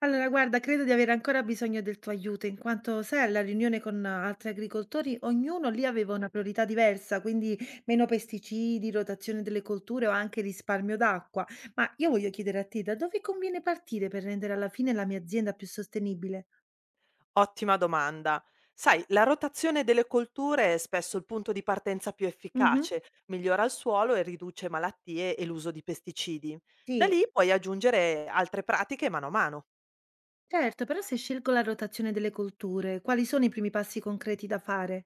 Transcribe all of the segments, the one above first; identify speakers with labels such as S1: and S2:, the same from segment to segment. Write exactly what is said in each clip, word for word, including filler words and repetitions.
S1: Allora, guarda, credo di avere ancora bisogno del tuo aiuto, in quanto, sai, alla riunione con altri agricoltori, ognuno lì aveva una priorità diversa, quindi meno pesticidi, rotazione delle colture o anche risparmio d'acqua. Ma io voglio chiedere a te, da dove conviene partire per rendere alla fine la mia azienda più sostenibile?
S2: Ottima domanda. Sai, la rotazione delle colture è spesso il punto di partenza più
S1: Mhm.
S2: efficace, migliora il suolo e riduce malattie e l'uso di pesticidi. Da
S1: Sì.
S2: lì puoi aggiungere altre pratiche mano a mano.
S1: Certo, però se scelgo la rotazione delle colture, quali sono i primi passi concreti da fare?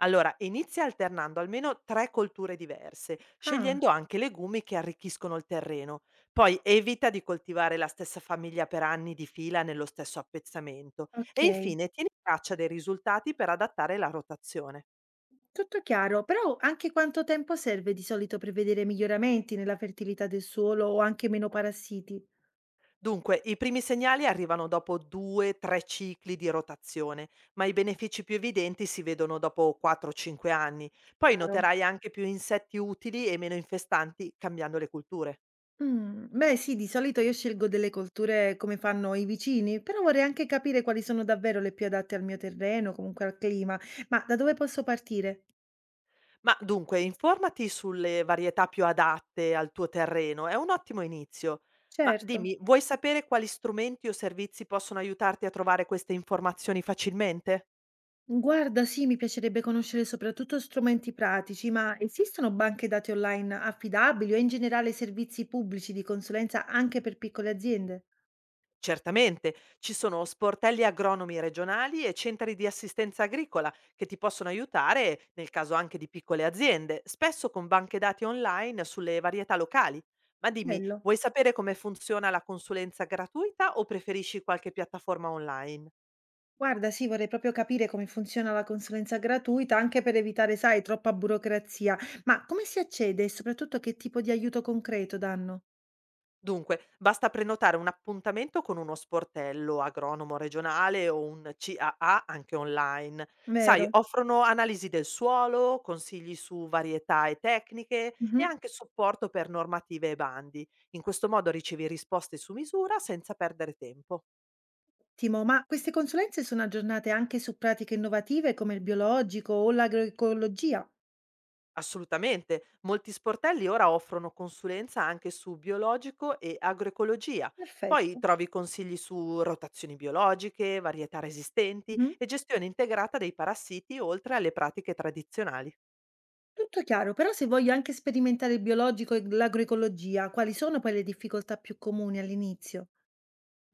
S2: Allora, inizia alternando almeno tre colture diverse,
S1: Ah,
S2: scegliendo anche legumi che arricchiscono il terreno. Poi evita di coltivare la stessa famiglia per anni di fila nello stesso appezzamento. E
S1: ok.
S2: infine tieni traccia dei risultati per adattare la rotazione.
S1: Tutto chiaro, però anche quanto tempo serve di solito per vedere miglioramenti nella fertilità del suolo o anche meno parassiti?
S2: Dunque, i primi segnali arrivano dopo due tre cicli di rotazione, ma i benefici più evidenti si vedono dopo quattro cinque anni. Poi
S1: Chiaro.
S2: noterai anche più insetti utili e meno infestanti cambiando le culture.
S1: Mm, beh, sì, di solito io scelgo delle colture come fanno i vicini, però vorrei anche capire quali sono davvero le più adatte al mio terreno, comunque al clima. Ma da dove posso partire?
S2: Ma dunque, informati sulle varietà più adatte al tuo terreno, è un ottimo inizio. Ma
S1: Certo.
S2: dimmi, vuoi sapere quali strumenti o servizi possono aiutarti a trovare queste informazioni facilmente?
S1: Guarda, sì, mi piacerebbe conoscere soprattutto strumenti pratici, ma esistono banche dati online affidabili o in generale servizi pubblici di consulenza anche per piccole aziende?
S2: Certamente, ci sono sportelli agronomi regionali e centri di assistenza agricola che ti possono aiutare nel caso anche di piccole aziende, spesso con banche dati online sulle varietà locali. Ma dimmi,
S1: Bello.
S2: vuoi sapere come funziona la consulenza gratuita o preferisci qualche piattaforma online?
S1: Guarda, sì, vorrei proprio capire come funziona la consulenza gratuita, anche per evitare, sai, troppa burocrazia. Ma come si accede e soprattutto che tipo di aiuto concreto danno?
S2: Dunque, basta prenotare un appuntamento con uno sportello, agronomo regionale o un C A A anche online. Sai,
S1: Vero?
S2: offrono analisi del suolo, consigli su varietà e tecniche e
S1: Mhm.
S2: anche supporto per normative e bandi. In questo modo ricevi risposte su misura senza perdere tempo.
S1: Ottimo, ma queste consulenze sono aggiornate anche su pratiche innovative come il biologico o l'agroecologia?
S2: Assolutamente, molti sportelli ora offrono consulenza anche su biologico e agroecologia. Poi
S1: Perfetto.
S2: trovi consigli su rotazioni biologiche, varietà resistenti
S1: Mhm.
S2: e gestione integrata dei parassiti oltre alle pratiche tradizionali.
S1: Tutto chiaro, però se voglio anche sperimentare il biologico e l'agroecologia, quali sono poi le difficoltà più comuni all'inizio?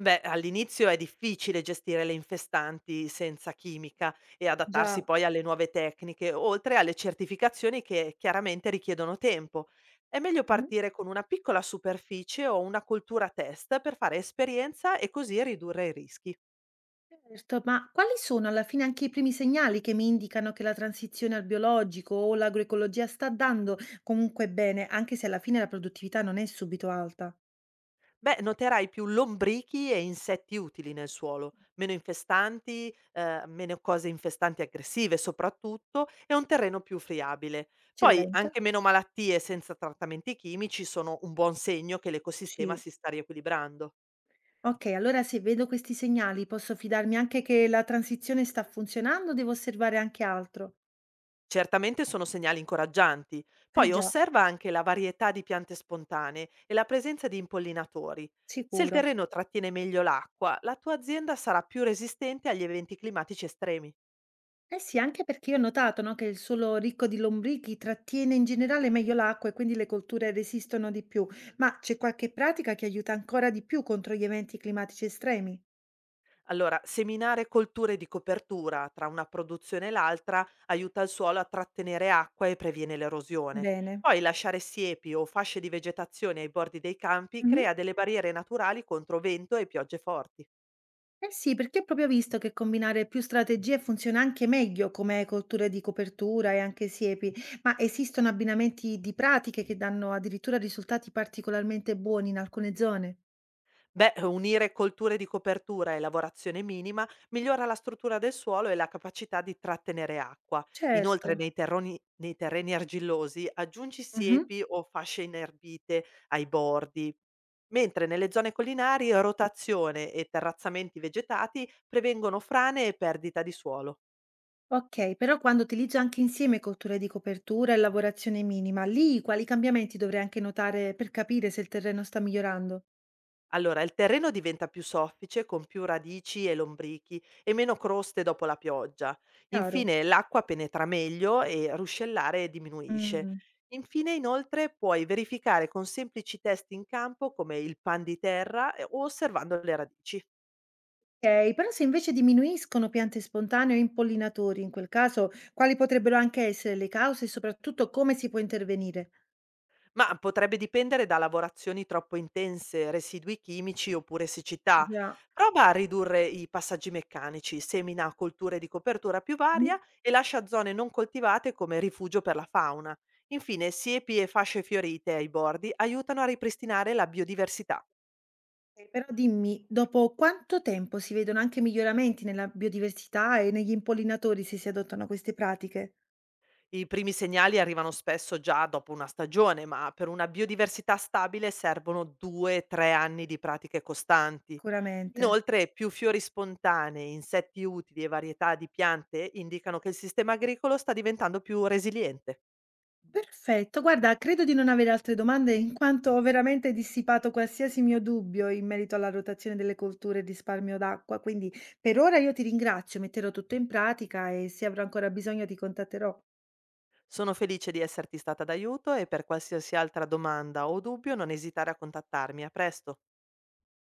S2: Beh, all'inizio è difficile gestire le infestanti senza chimica e adattarsi
S1: Già.
S2: poi alle nuove tecniche, oltre alle certificazioni che chiaramente richiedono tempo. È meglio partire con una piccola superficie o una coltura test per fare esperienza e così ridurre i rischi.
S1: Certo, ma quali sono alla fine anche i primi segnali che mi indicano che la transizione al biologico o l'agroecologia sta dando comunque bene, anche se alla fine la produttività non è subito alta?
S2: Beh, noterai più lombrichi e insetti utili nel suolo, meno infestanti, eh, meno cose infestanti aggressive soprattutto, e un terreno più friabile.
S1: C'è
S2: Poi
S1: lenta?
S2: anche meno malattie senza trattamenti chimici sono un buon segno che l'ecosistema
S1: Sì.
S2: si sta riequilibrando.
S1: Ok, allora se vedo questi segnali posso fidarmi anche che la transizione sta funzionando o devo osservare anche altro?
S2: Certamente sono segnali incoraggianti.
S1: Eh
S2: Poi
S1: già,
S2: osserva anche la varietà di piante spontanee e la presenza di impollinatori. Se il
S1: sicuro.
S2: terreno trattiene meglio l'acqua, la tua azienda sarà più resistente agli eventi climatici estremi.
S1: Eh sì, anche perché io ho notato, no, che il suolo ricco di lombrichi trattiene in generale meglio l'acqua e quindi le colture resistono di più. Ma c'è qualche pratica che aiuta ancora di più contro gli eventi climatici estremi?
S2: Allora, seminare colture di copertura tra una produzione e l'altra aiuta il suolo a trattenere acqua e previene l'erosione.
S1: Bene.
S2: Poi lasciare siepi o fasce di vegetazione ai bordi dei campi
S1: Mhm.
S2: crea delle barriere naturali contro vento e piogge forti.
S1: Eh sì, perché ho proprio visto che combinare più strategie funziona anche meglio come colture di copertura e anche siepi, ma esistono abbinamenti di pratiche che danno addirittura risultati particolarmente buoni in alcune zone.
S2: Beh, unire colture di copertura e lavorazione minima migliora la struttura del suolo e la capacità di trattenere acqua.
S1: Certo.
S2: Inoltre, nei, terroni- nei terreni argillosi aggiungi
S1: Mhm.
S2: siepi o fasce inerbite ai bordi, mentre nelle zone collinari rotazione e terrazzamenti vegetati prevengono frane e perdita di suolo.
S1: Okay, però quando utilizzo anche insieme cotture di copertura e lavorazione minima, lì quali cambiamenti dovrei anche notare per capire se il terreno sta migliorando?
S2: Allora, il terreno diventa più soffice, con più radici e lombrichi e meno croste dopo la pioggia.
S1: Chiaro.
S2: Infine, l'acqua penetra meglio e ruscellare diminuisce.
S1: Mm.
S2: Infine, inoltre, puoi verificare con semplici test in campo come il pan di terra eh, o osservando le radici.
S1: Okay, però se invece diminuiscono piante spontanee o impollinatori, in quel caso quali potrebbero anche essere le cause e soprattutto come si può intervenire?
S2: Ma potrebbe dipendere da lavorazioni troppo intense, residui chimici oppure siccità.
S1: Già.
S2: Prova a ridurre i passaggi meccanici, semina colture di copertura più
S1: Mhm.
S2: varia e lascia zone non coltivate come rifugio per la fauna. Infine, siepi e fasce fiorite ai bordi aiutano a ripristinare la biodiversità.
S1: Eh, però dimmi, dopo quanto tempo si vedono anche miglioramenti nella biodiversità e negli impollinatori se si adottano queste pratiche?
S2: I primi segnali arrivano spesso già dopo una stagione, ma per una biodiversità stabile servono due tre anni di pratiche costanti.
S1: Sicuramente.
S2: Inoltre più fiori spontanei, insetti utili e varietà di piante indicano che il sistema agricolo sta diventando più resiliente.
S1: Perfetto, guarda, credo di non avere altre domande in quanto ho veramente dissipato qualsiasi mio dubbio in merito alla rotazione delle colture e il risparmio d'acqua, quindi per ora io ti ringrazio, metterò tutto in pratica e se avrò ancora bisogno ti contatterò.
S2: Sono felice di esserti stata d'aiuto e per qualsiasi altra domanda o dubbio non esitare a contattarmi. A presto!